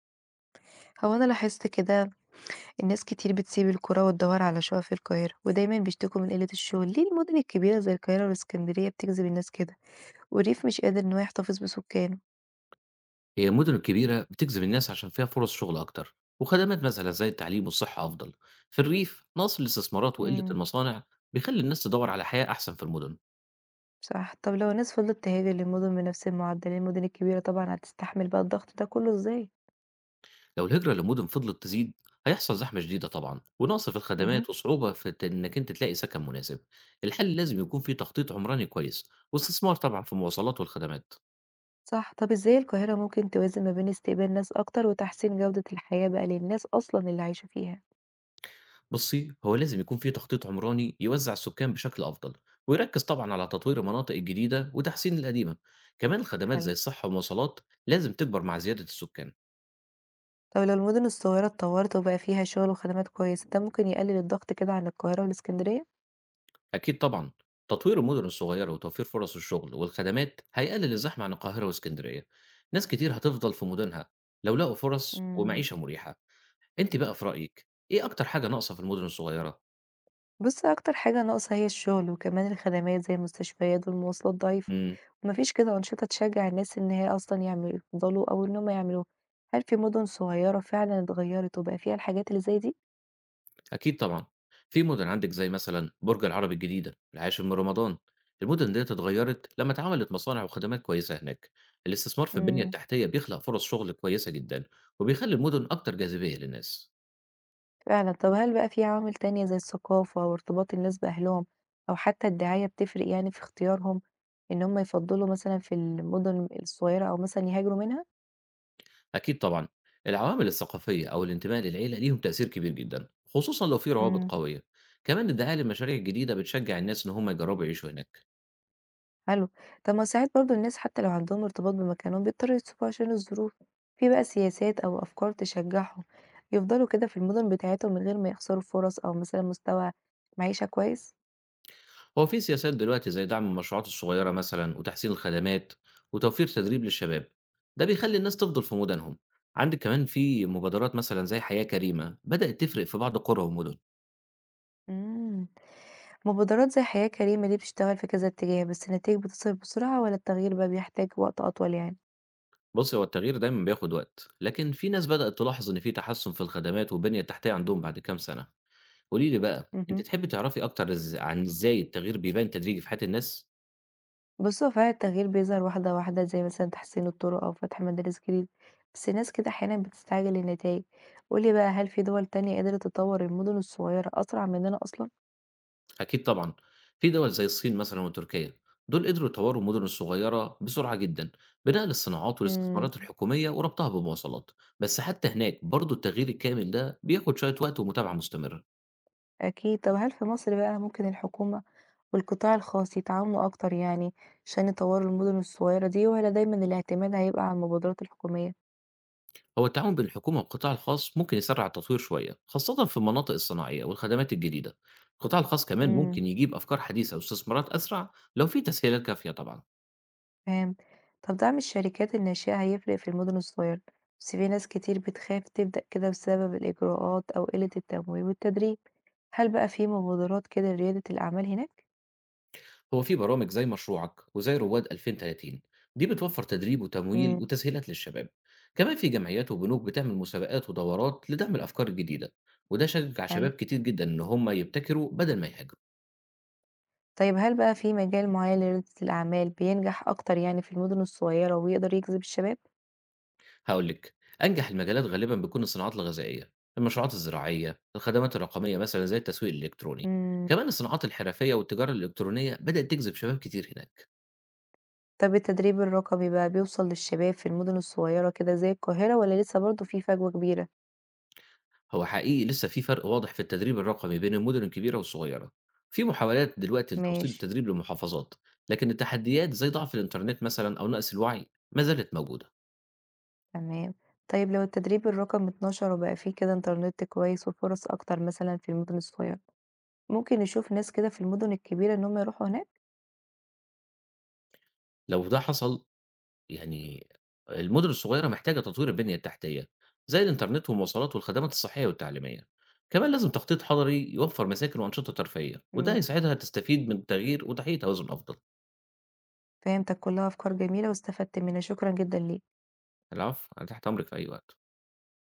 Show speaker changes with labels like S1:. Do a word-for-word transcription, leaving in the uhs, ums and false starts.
S1: هو أنا لاحظت كده الناس كتير بتسيب القرى وتدور على شقق في القاهرة ودايما بيشتكوا من قلة الشغل. ليه المدن الكبيرة زي القاهرة والاسكندرية بتجذب الناس كده والريف مش قادر إن هو يحتفظ بسكانه؟
S2: هي المدن الكبيرة بتجذب الناس عشان فيها فرص شغل أكتر، وخدمات مثلا زي التعليم والصحة أفضل. في الريف نقص الاستثمارات وقلة
S1: امم
S2: المصانع بيخلي الناس تدور على حياة أحسن في المدن.
S1: صح. طب لو الناس فضلت تهاجر للمدن بنفس المعدل، المدن الكبيرة طبعا هتستحمل بقى الضغط ده كله ازاي؟
S2: لو الهجرة للمدن فضلت تزيد، هيحصل زحمة شديدة طبعا ونقص في
S1: امم
S2: الخدمات وصعوبة في ت- إنك أنت تلاقي سكن مناسب. الحل لازم يكون فيه تخطيط عمراني كويس واستثمار طبعا في المواصلات والخدمات.
S1: صح. طب ازاي القاهرة ممكن توازن ما بين استقبال ناس أكتر وتحسين جودة الحياة بقى للناس أصلا اللي عايشة فيها؟
S2: بُصّي، هو لازم يكون في تخطيط عمراني يوزّع السكان بشكل أفضل، ويركّز طبعًا على تطوير المناطق الجديدة وتحسين القديمة، كمان الخدمات زي
S1: حلو.
S2: الصحة والمواصلات لازم تكبر مع زيادة السكان.
S1: طب لو المدن الصغيرة اتطورت وبقى فيها شغل وخدمات كويسة، ده ممكن يقلل الضغط كده عن القاهرة والاسكندرية؟
S2: أكيد طبعًا، تطوير المدن الصغيرة وتوفير فرص الشغل والخدمات هيقلل الزحمة عن القاهرة وإسكندرية، ناس كتير هتفضل في مدنها لو لقوا فرص
S1: إمم.
S2: ومعيشة مريحة. أنتِ بقى في رأيِك إيه أكتر حاجة ناقصة في المدن الصغيرة؟
S1: بُص، أكتر حاجة ناقصة هي الشغل، وكمان الخدمات زي المستشفيات والمواصلات ضعيفة،
S2: إمم.
S1: وما فيش كده أنشطة تشجّع الناس إن هي أصلًا يعمل يفضلوا أو إن هم يعملوها. هل في مدن صغيرة فعلًا اتغيّرت وبقى فيها الحاجات اللي زي دي؟
S2: أكيد طبعًا، في مدن عندِك زي مثلًا برج العرب الجديدة، العاشر من رمضان، المدن ديّة اتغيّرت لمّا اتعملت مصانع وخدمات كويسة هناك، الاستثمار في البنية
S1: إمم،
S2: التحتية بيخلق فرص شغل كويسة جدًا، وبيخلّي المدن أكتر جاذبية للناس.
S1: فعلًا. طب هل بقى في عوامل تانية زي الثقافة وارتباط الناس بأهلهم أو حتى الدعاية بتفرق يعني في اختيارهم إن هم يفضّلوا مثلًا في المدن الصغيرة أو مثلًا يهاجروا منها؟
S2: أكيد طبعًا، العوامل الثقافية أو الانتماء للعيلة ليهم تأثير كبير جدًا، خصوصًا لو في روابط
S1: إمم.
S2: قوية، كمان الدعاية للمشاريع الجديدة بتشجع الناس إن هم يجرّبوا يعيشوا هناك.
S1: حلو. طب ما ساعات برضه الناس حتى لو عندهم ارتباط بمكانهم بيضطروا يسيبوه عشان الظروف، في بقى سياسات أو أفكار تشجعهم يفضلوا كده في المدن بتاعتهم من غير ما يخسروا فرص أو مثلًا مستوى معيشة كويس؟
S2: هو في سياسات دلوقتي زي دعم المشروعات الصغيرة مثلا وتحسين الخدمات وتوفير تدريب للشباب، ده بيخلي الناس تفضل في مدنهم. عندك كمان في مبادرات مثلا زي حياة كريمة بدأت تفرق في بعض قرى ومدن.
S1: إمم. مبادرات زي حياة كريمة دي بتشتغل في كذا اتجاه، بس النتايج بتظهر بسرعة والّا التغيير بقى بيحتاج وقت أطول يعني؟
S2: بص، هو التغيير دايما بياخد وقت، لكن في ناس بدأت تلاحظ ان في تحسن في الخدمات والبنية التحتية عندهم بعد كام سنة. قولي لي بقى انت
S1: اهم.
S2: تحبي تعرفي اكتر إز- عن ازاي التغيير بيبان تدريجي في حياة الناس.
S1: بُصّ، هو فعلًا التغيير بيظهر واحدة واحدة، زي مثلًا تحسين الطرق أو فتح مدارس جديدة، بس الناس كده أحيانًا بتستعجل النتايج. قُل لي بقى هل في دول تانية قدرت تطوّر المدن الصغيرة أسرع مننا أصلًا؟
S2: أكيد طبعًا، في دول زي الصين مثلًا وتركيا، دول قدروا يطوروا المدن الصغيرة بسرعة جدًا، بنقل الصناعات
S1: إمم.
S2: والاستثمارات الحكومية وربطها بمواصلات، بس حتى هناك برضه التغيير الكامل ده بياخد شوية وقت ومتابعة مستمرة.
S1: أكيد. طب هل في مصر بقى ممكن الحكومة والقطاع الخاص يتعاونوا أكتر يعني عشان يطوّروا المدن الصغيرة دي والّا دايمًا الاعتماد هيبقى على المبادرات الحكومية؟
S2: هو التعاون بين الحكومة والقطاع الخاص ممكن يسرع التطوير شوية، خاصة في المناطق الصناعية والخدمات الجديدة، القطاع الخاص كمان
S1: إمم.
S2: ممكن يجيب أفكار حديثة واستثمارات أسرع لو في تسهيلات كافية طبعًا.
S1: تمام. طب دعم الشركات الناشئة هيفرق في المدن الصغيرة، بس في ناس كتير بتخاف تبدأ كده بسبب الإجراءات أو قلة التمويل والتدريب. هل بقى في مبادرات كده لريادة الأعمال هناك؟
S2: هو في برامج زي مشروعك وزي رواد ألفين وتلاتين، دي بتوفر تدريب وتمويل
S1: امم
S2: وتسهيلات للشباب. كمان في جمعيات وبنوك بتعمل مسابقات ودورات لدعم الأفكار الجديدة، وده شجع
S1: حلو.
S2: شباب كتير جدا إن هم يبتكروا بدل ما يهاجروا.
S1: طيب هل بقى في مجال معين لريادة الأعمال بينجح أكتر يعني في المدن الصغيرة ويقدر يجذب الشباب؟
S2: هقول لك، أنجح المجالات غالبا بتكون الصناعات الغذائية، المشروعات الزراعية، الخدمات الرقمية مثلا زي التسويق الإلكتروني،
S1: امم.
S2: كمان الصناعات الحرفية والتجارة الإلكترونية بدأت تجذب شباب كتير هناك.
S1: طب التدريب الرقمي بقى بيوصل للشباب في المدن الصغيرة كده زي القاهرة ولا لسه برضه في فجوة كبيرة؟
S2: هو حقيقي لسه في فرق واضح في التدريب الرقمي بين المدن الكبيرة والصغيرة. في محاولات دلوقتي لتوصيل
S1: ماشي.
S2: التدريب للمحافظات، لكن التحديات زي ضعف الإنترنت مثلا أو نقص الوعي ما زالت موجودة.
S1: تمام. طيب لو التدريب الرقمي اتنشر وبقى فيه كده إنترنت كويس وفُرَص أكتر مثلًا في المدن الصغيرة، ممكن نشوف ناس كده في المدن الكبيرة إن هم يروحوا هناك؟
S2: لو ده حصل، يعني المدن الصغيرة محتاجة تطوير البنية التحتية زي الإنترنت والمواصلات والخدمات الصحية والتعليمية. كمان لازم تخطيط حضري يوفر مساكن وأنشطة ترفيهية، وده
S1: إمم،
S2: هيساعدها تستفيد من التغيير وتحقيق توازن أفضل.
S1: فهمتك، كلّها أفكار جميلة واستفدت منها، شكرًا جدًا ليك.
S2: العفو، أنا تحت أمرك في أي وقت.